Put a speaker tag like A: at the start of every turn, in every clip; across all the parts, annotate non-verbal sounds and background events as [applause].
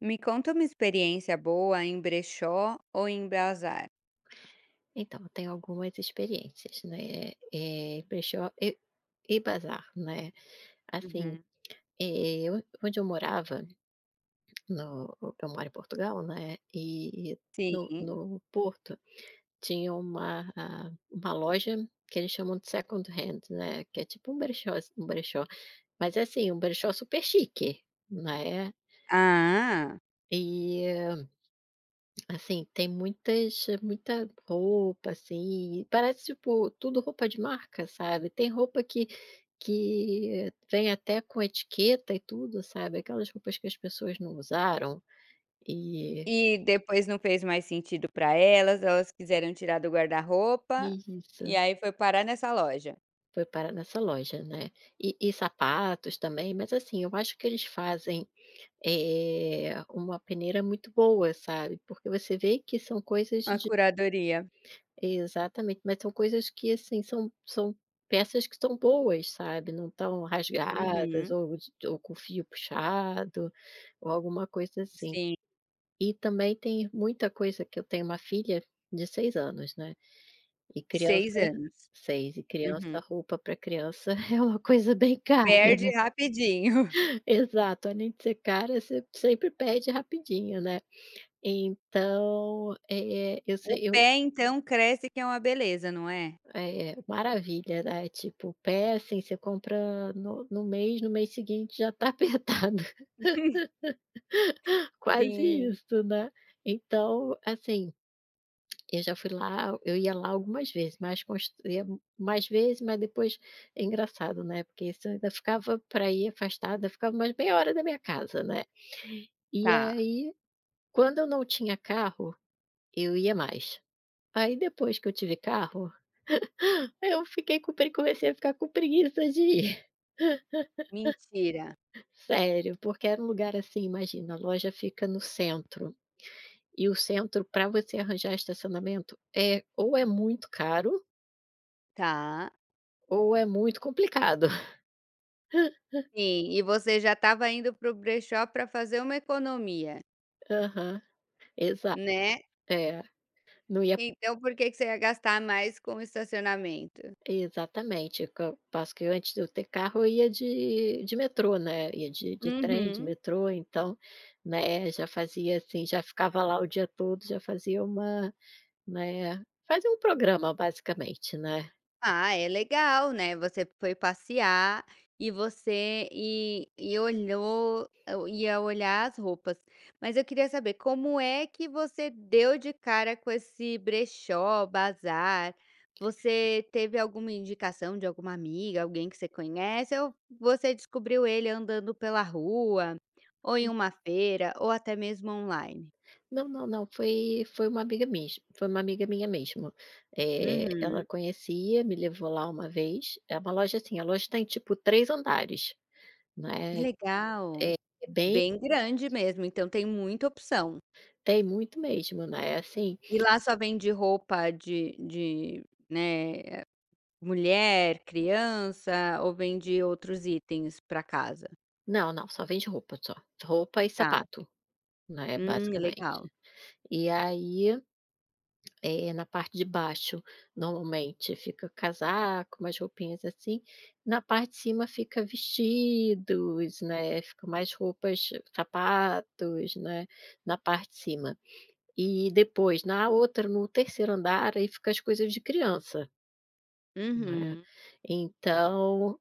A: Me conta uma experiência boa em brechó ou em bazar?
B: Tem algumas experiências, né, eh, pre e e bazar, né. Assim,
A: Uhum.
B: eu onde eu morava, no eu moro em Portugal, né, e no
A: Sim.
B: no Porto tinha uma uma loja que eles chamam de second hand, né, que é tipo um brechó, mas é assim, um brechó super chique, né.
A: Ah,
B: E assim, tem muita roupa, assim, e parece, tipo, tudo roupa de marca, sabe. Tem roupa que vem até com etiqueta e tudo, sabe, aquelas roupas que as pessoas não usaram. E
A: e depois não fez mais sentido para elas, elas quiseram tirar do guarda-roupa,
B: e
A: e
B: isso,
A: aí foi parar nessa loja.
B: foi parar nessa loja, né. E sapatos também, mas, assim, eu acho que eles fazem, uma peneira muito boa, sabe, porque você vê que são coisas.
A: A curadoria.
B: Exatamente, mas são coisas que, assim, são peças que são boas, sabe, não estão rasgadas
A: Uhum,
B: ou de ou com fio puxado, ou alguma coisa assim.
A: sim,
B: E também tem muita coisa. Que eu tenho uma filha de 6 anos, né, e criança
A: Seis anos.
B: e criança,
A: Uhum.
B: roupa para criança [laughs] é uma coisa bem cara,
A: Perde
B: né.
A: rapidinho. [laughs]
B: Exato, além de ser cara, você sempre perde rapidinho, né. Então, eh, eu
A: O
B: sei
A: pé então cresce que é uma beleza, não é?
B: É, maravilha, né, tipo, pé, assim, você compra no mês seguinte já tá apertado,
A: [laughs]
B: [laughs] quase
A: Sim.
B: isso, né. Então, assim, eu ia lá algumas vezes, mas cons ia mais vezes, mas depois é engraçado, né, porque isso eu ainda ficava para ir afastada, ficava mais meia hora da minha casa, né. E
A: Tá,
B: aí, quando eu não tinha carro, eu ia mais. Aí depois que eu tive carro, eu fiquei com pre comecei a ficar com preguiça de ir.
A: mentira.
B: Sério, porque era um lugar assim, imagina, a loja fica no centro, e o centro para você arranjar estacionamento é ou é muito caro,
A: Tá.
B: ou é muito complicado. [laughs]
A: Sim, e você já estava indo para o brechó para fazer uma economia,
B: Aham, exa
A: né,
B: é, não ia
A: então por que que você ia gastar mais com o estacionamento?
B: exatamente, que antes de eu ter carro eu ia de metrô, né, ia de trem, de
A: Uhum.
B: metrô, então, né, já fazia assim, já ficava lá o dia todo, já fazia uma, né, fazia um programa basicamente, né.
A: Ah, é legal, né, você foi passear e você e olhou eu ia olhar as roupas. Mas eu queria saber como é que você deu de cara com esse brechó, bazar? Você teve alguma indicação de alguma amiga, alguém que você conhece ou você descobriu ele andando pela rua, ou em uma feira, ou até mesmo online?
B: Não, foi uma amiga minha, foi uma amiga minha mesmo.
A: Uhum,
B: Ela conhecia, me levou lá uma vez, é uma loja assim, a loja tem tipo 3 andares,
A: que
B: né.
A: legal.
B: é bem
A: Bem grande mesmo, então tem muita opção.
B: tem muito mesmo, né. Assim,
A: E lá só vende roupa de, né, mulher, criança ou vende outros itens para casa?
B: não, não, só vende roupa só, roupa e
A: Tá.
B: sapato, né,
A: Legal.
B: basicamente. E aí, é, na parte de baixo, normalmente fica casaco, umas roupinhas assim, na parte de cima fica vestidos, né, fica mais roupas, sapatos, né, na parte de cima. E depois na outra, no terceiro andar, aí fica as coisas de criança, né.
A: Uhum.
B: Então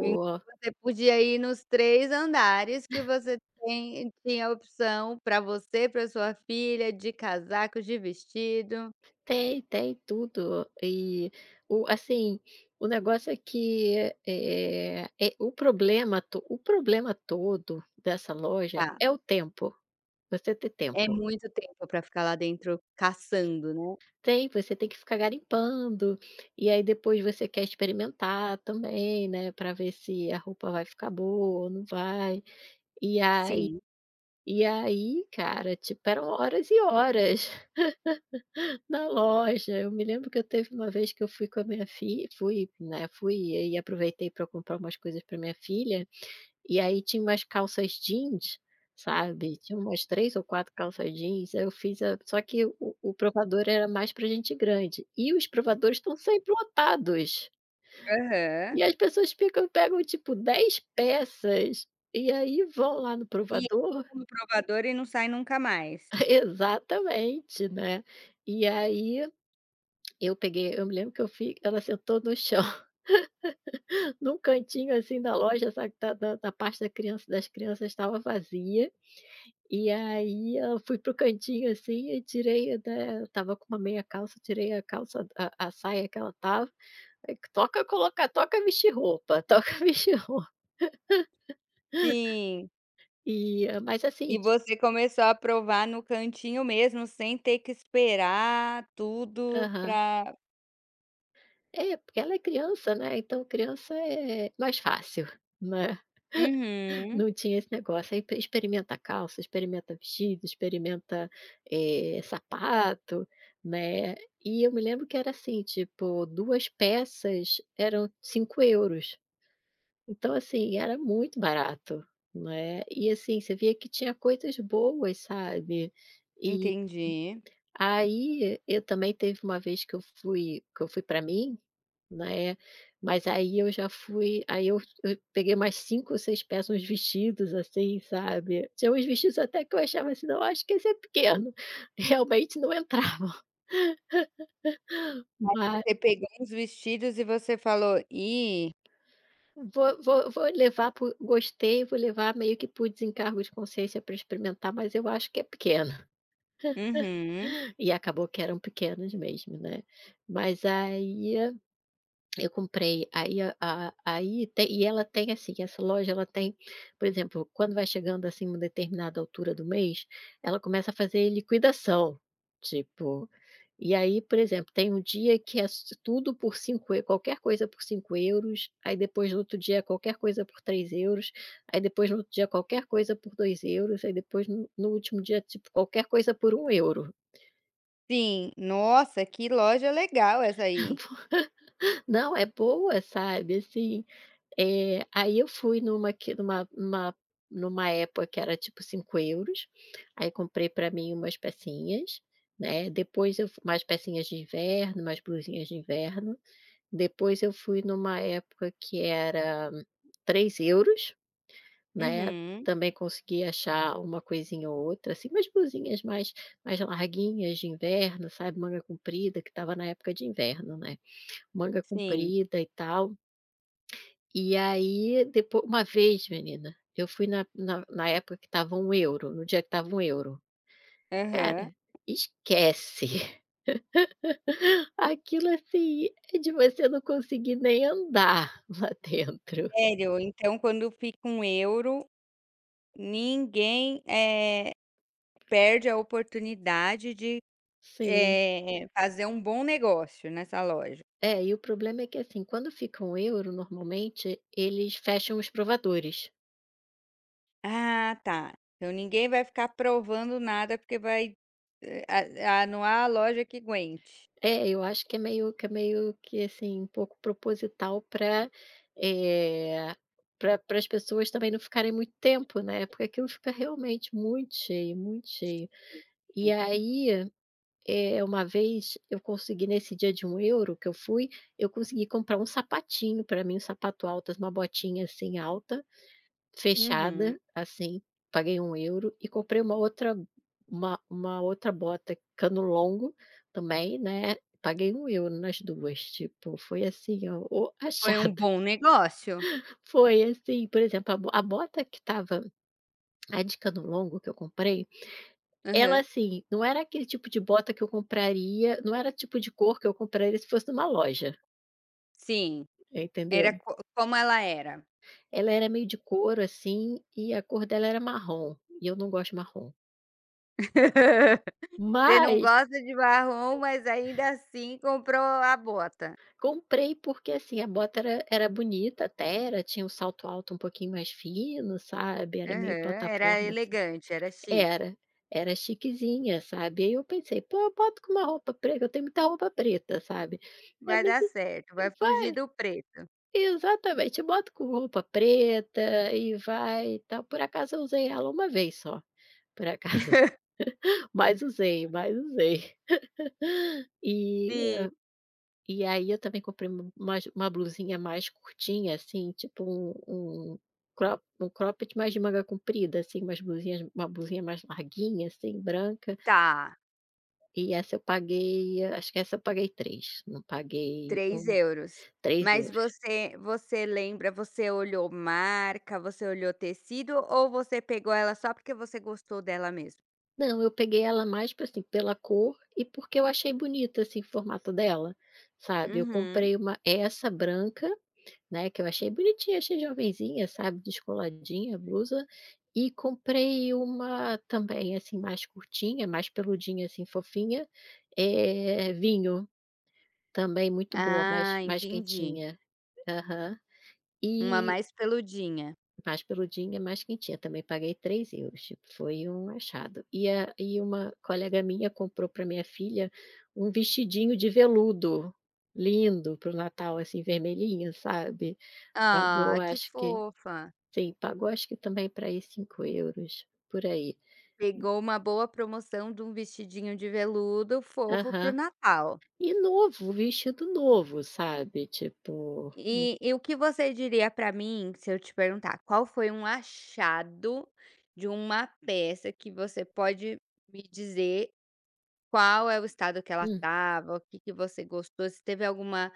A: E você podia ir nos 3 andares que você tem tinha opção para você, para sua filha, de casaco, de vestido.
B: Tem, tem tudo. O assim, o negócio é que, o problema todo dessa loja
A: Tá.
B: é o tempo, você ter
A: É
B: tempo.
A: muito tempo para ficar lá dentro caçando, né?
B: Tem, você tem que ficar garimpando, e aí depois você quer experimentar também, né, para ver se a roupa vai ficar boa ou não vai. E aí
A: Sim.
B: e aí, cara, tipo, eram horas e horas na loja. Eu me lembro que eu teve uma vez que eu fui com a minha filha, fui, né, fui e aproveitei para comprar umas coisas para minha filha, e aí tinha umas calças jeans, sabe, tinha umas 3 ou 4 calças jeans. Aí eu fiz a só que o o provador era mais para gente grande, e os provadores estão sempre lotados,
A: Aham.
B: e as pessoas ficam pegam tipo 10 peças, e aí vão lá no
A: E
B: provador.
A: entra no provador e não sai nunca mais.
B: [laughs] Exatamente, né. E aí eu me lembro que eu fui, ela sentou no chão, num cantinho, assim, da loja, sabe, da parte da criança das crianças estava vazia, e aí eu fui pro cantinho, assim, e tirei da tava com uma meia calça, tirei a saia que ela tava, aí toca colocar, toca vestir roupa, [laughs] toca vestir roupa.
A: Sim.
B: E eh, mas assim
A: E
B: ti
A: você começou a provar no cantinho mesmo, sem ter que esperar tudo
B: aham.
A: pra
B: É, porque ela é criança, né, então criança é mais fácil, né.
A: uhum,
B: Não tinha esse negócio, aí experimenta calça, experimenta vestido, experimenta, sapato, né. E eu me lembro que era assim, tipo, 2 peças eram cinco euros. Então, assim, era muito barato, né. E, assim, você via que tinha coisas boas, sabe. E
A: entendi.
B: aí, eu também teve uma vez que eu fui para mim, né. mas aí eu já fui aí Eu peguei mais 5 ou 6 peças, uns vestidos, assim, sabe. Tinha uns vestidos até que eu achava assim: "Não, acho que esse é pequeno", [laughs] realmente não entrava. mas
A: Você pegou uns vestidos e você falou: "Ih,
B: Vou vou levar vou levar meio que por desencargo de consciência para experimentar, mas eu acho que é pequeno.
A: uhum,
B: [laughs] E acabou que eram pequenos mesmo, né. Mas aí Eu comprei. Aí a aí tem e ela tem assim, Essa loja ela tem, por exemplo, quando vai chegando, assim, uma determinada altura do mês, ela começa a fazer liquidação, tipo. E aí, por exemplo, tem um dia que é s tudo por 5, eu qualquer coisa por 5€. Aí depois no outro dia qualquer coisa por 3€. Aí depois no outro dia qualquer coisa por 2€. Aí depois no último dia, tipo, qualquer coisa por um euro.
A: sim, nossa, que loja legal essa aí".
B: [laughs] Não, é boa, sabe, assim. Aí eu fui numa época que era tipo €5. Aí comprei para mim umas pecinhas, né. depois eu fu Umas pecinhas de inverno, umas blusinhas de inverno. Depois eu fui numa época que era €3, né,
A: Uhum,
B: também consegui achar uma coisinha ou outra, assim, umas blusinhas mais mais larguinhas de inverno, sabe, manga comprida, que estava na época de inverno, né, manga
A: sim,
B: comprida e tal. E aí depois, uma vez, menina, eu fui na época que tava um euro, no dia que tava um euro. Cara,
A: aham.
B: esquece. [laughs] Aquilo assim, é de você não conseguir nem andar [laughs] lá dentro.
A: Sério, então quando fica um euro, ninguém, perde a oportunidade de,
B: Sim.
A: fazer um bom negócio nessa loja.
B: É, e o problema é que assim, quando fica um euro, normalmente eles fecham os provadores.
A: Ah, tá. Então ninguém vai ficar provando nada, porque vai, eh, a não há loja que aguente.
B: É, eu acho que é meio que, assim, um pouco proposital para as pessoas também não ficarem muito tempo, né, porque aquilo fica realmente muito cheio, muito cheio. E
A: Sim.
B: aí, uma vez eu consegui nesse dia de um euro que eu fui, eu consegui comprar um sapatinho para mim, um sapato alto, uma botinha, assim, alta,
A: Uhum.
B: fechada, assim, paguei um euro. E comprei uma outra bota cano longo também, né, paguei um euro nas duas. Tipo, foi assim, ó, o
A: Foi um
B: achado.
A: bom negócio.
B: [laughs] Foi assim, por exemplo, a bota que estava, a de cano longo que eu comprei, ela
A: Aham.
B: assim, não era aquele tipo de bota que eu compraria, não era tipo de cor que eu compraria se fosse numa loja,
A: Sim, era
B: entendeu.
A: co como ela era.
B: Ela era meio de couro, assim, e a cor dela era marrom, e eu não gosto de marrom.
A: Você não
B: Mas
A: gosta de marrom, mas ainda assim comprou a bota.
B: Comprei porque, assim, a bota era bonita até, era tinha um salto alto um pouquinho mais fino, sabe, era meio
A: Aham, era
B: plataforma, assim.
A: elegante, era chique.
B: Era, era chiquezinha, sabe. Aí eu pensei: "Pô, eu boto com uma roupa preta", eu tenho muita roupa preta, sabe. Eu
A: Vai dar
B: pensei:
A: certo, vai fugir
B: "Vai",
A: do preto.
B: exatamente, eu boto com roupa preta e vai e tal. Por acaso eu usei ela uma vez só, por acaso, [laughs] mas usei, mas usei. [laughs] E
A: Sim,
B: E aí eu também comprei uma blusinha mais curtinha, assim, tipo um um crop um cropped, mas de manga comprida, assim, uma blusinha mais larguinha, assim, branca.
A: tá.
B: E essa eu paguei, acho que essa eu paguei 3 não paguei
A: três
B: um
A: euros.
B: três
A: Mas
B: euros.
A: você lembra, você olhou marca, você olhou tecido ou você pegou ela só porque você gostou dela mesmo?
B: Não, eu peguei ela mais pra, assim, pela cor e porque eu achei bonita, assim, o formato dela, sabe. Eu
A: Uhum.
B: comprei uma Essa branca, né, que eu achei bonitinha, achei jovenzinha, sabe, descoladinha a blusa. E comprei uma também, assim, mais curtinha, mais peludinha, assim, fofinha, vinho, também muito boa,
A: Ah,
B: mais
A: entendi.
B: quentinha. Aham.
A: Uma
B: E
A: mais peludinha.
B: mais peludinha, mais quentinha, também paguei €3,00, tipo, foi um achado. E uma colega minha comprou para minha filha um vestidinho de veludo, lindo, para o Natal, assim, vermelhinho, sabe.
A: Ah,
B: Pagou
A: que
B: acho que,
A: fofa.
B: sim, pagou acho que também pra ir euros por aí.
A: Pegou uma boa promoção de um vestidinho de veludo fofo para o
B: Aham.
A: Natal.
B: E novo, vestido novo, sabe, tipo.
A: E o que você diria para mim, se eu te perguntar, qual foi um achado de uma peça que você pode me dizer qual é o estado que ela
B: Hum.
A: estava, o que que você gostou, se teve alguma,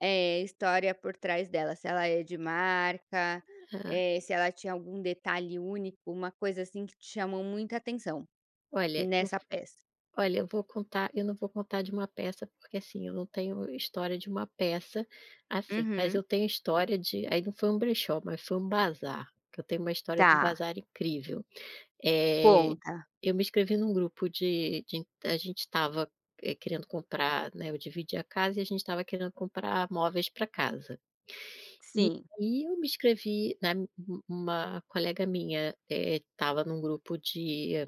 A: história por trás dela, se ela é de marca,
B: ah,
A: se ela tinha algum detalhe único, uma coisa assim que te chamou muita atenção
B: olha, eu
A: nessa peça.
B: Olha, eu vou contar. Eu não vou contar de uma peça, porque, assim, eu não tenho história de uma peça, assim, mas
A: Uhum.
B: eu tenho história de, aí não foi um brechó, mas foi um bazar, que eu tenho uma história de um
A: Tá,
B: bazar incrível. Eh,
A: conta.
B: eu me inscrevi num grupo de a gente estava, querendo comprar, né, eu dividi a casa e a gente estava querendo comprar móveis para casa. E
A: Sim.
B: aí eu me inscrevi, né, uma colega minha, estava num grupo de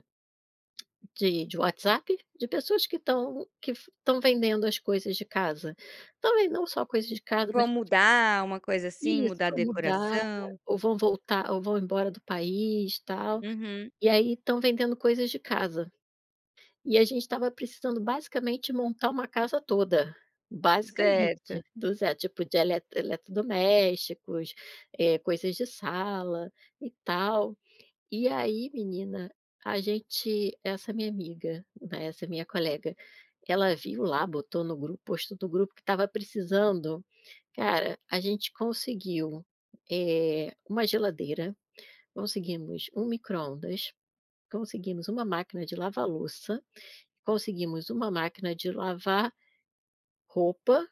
B: de de WhatsApp de pessoas que estão vendendo as coisas de casa. Também não só coisas de casa,
A: Vou
B: mas
A: mudar uma coisa assim,
B: isso,
A: mudar a
B: vão mudar
A: decoração.
B: ou vão voltar ou vão embora do país, tal,
A: Uhum,
B: e aí estão vendendo coisas de casa. E a gente estava precisando basicamente montar uma casa toda,
A: certo.
B: basicamente, do zero, tipo de eletrodomésticos, coisas de sala e tal. E aí, menina, a gente essa minha amiga, né, essa minha colega, ela viu lá, botou no grupo, postou no grupo que estava precisando. Cara, a gente conseguiu, uma geladeira, conseguimos um micro-ondas, conseguimos uma máquina de lavar louça, conseguimos uma máquina de lavar roupa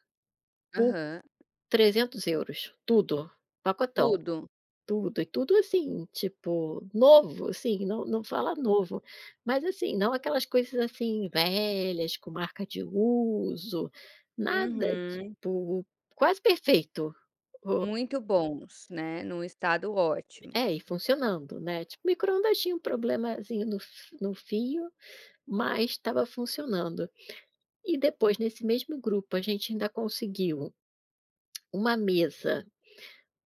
B: por
A: Aham.
B: 300€ tudo, pacotão,
A: Tudo.
B: tudo. E tudo assim, tipo, novo, assim, não, não fala novo, mas assim, não aquelas coisas assim velhas, com marca de uso, nada,
A: Uhum.
B: tipo, quase perfeito. O
A: Muito bons, né, num estado ótimo.
B: É, e funcionando, né, tipo, o micro-ondas tinha um problemazinho no fio, mas estava funcionando. E depois nesse mesmo grupo a gente ainda conseguiu uma mesa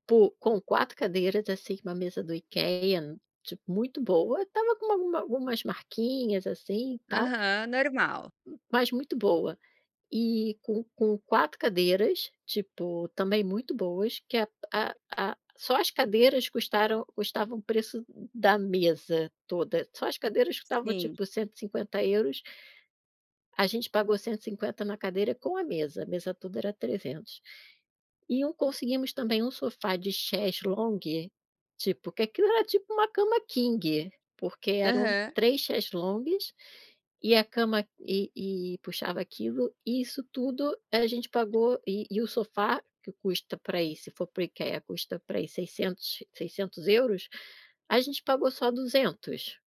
B: po com 4 cadeiras, assim, uma mesa do IKEA, tipo, muito boa, tava com algumas marquinhas, assim, e tal,
A: Aham, normal.
B: mas muito boa. E com 4 cadeiras, tipo, também muito boas, que a a só as cadeiras custaram custavam o preço da mesa toda, só as cadeiras custavam,
A: Sim.
B: tipo, cento e cinquenta euros. A gente pagou 150 na cadeira com a mesa toda era trezentos. Conseguimos também um sofá de chaise longue, tipo, que aquilo era tipo uma cama king, porque eram
A: Aham.
B: 3 chaises longues, e a cama e puxava aquilo. E isso tudo a gente pagou, o sofá que custa para ir se for para IKEA custa para ir seiscentos, seiscentos euros, a gente pagou só 200.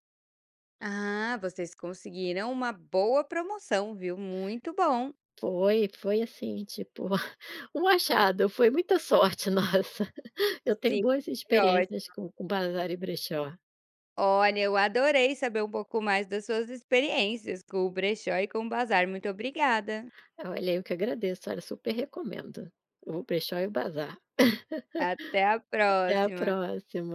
A: Ah, vocês conseguiram uma boa promoção, viu? Muito bom.
B: Foi, foi assim, tipo, [laughs] um achado, foi muita sorte nossa. [laughs] Eu tenho
A: Sim,
B: boas
A: foi ótimo.
B: experiências com bazar e brechó.
A: Olha, eu adorei saber um pouco mais das suas experiências com o brechó e com o bazar. Muito obrigada.
B: Olha, eu que agradeço, olha, super recomendo o brechó e o bazar.
A: Até a
B: Até a
A: próxima.
B: próxima.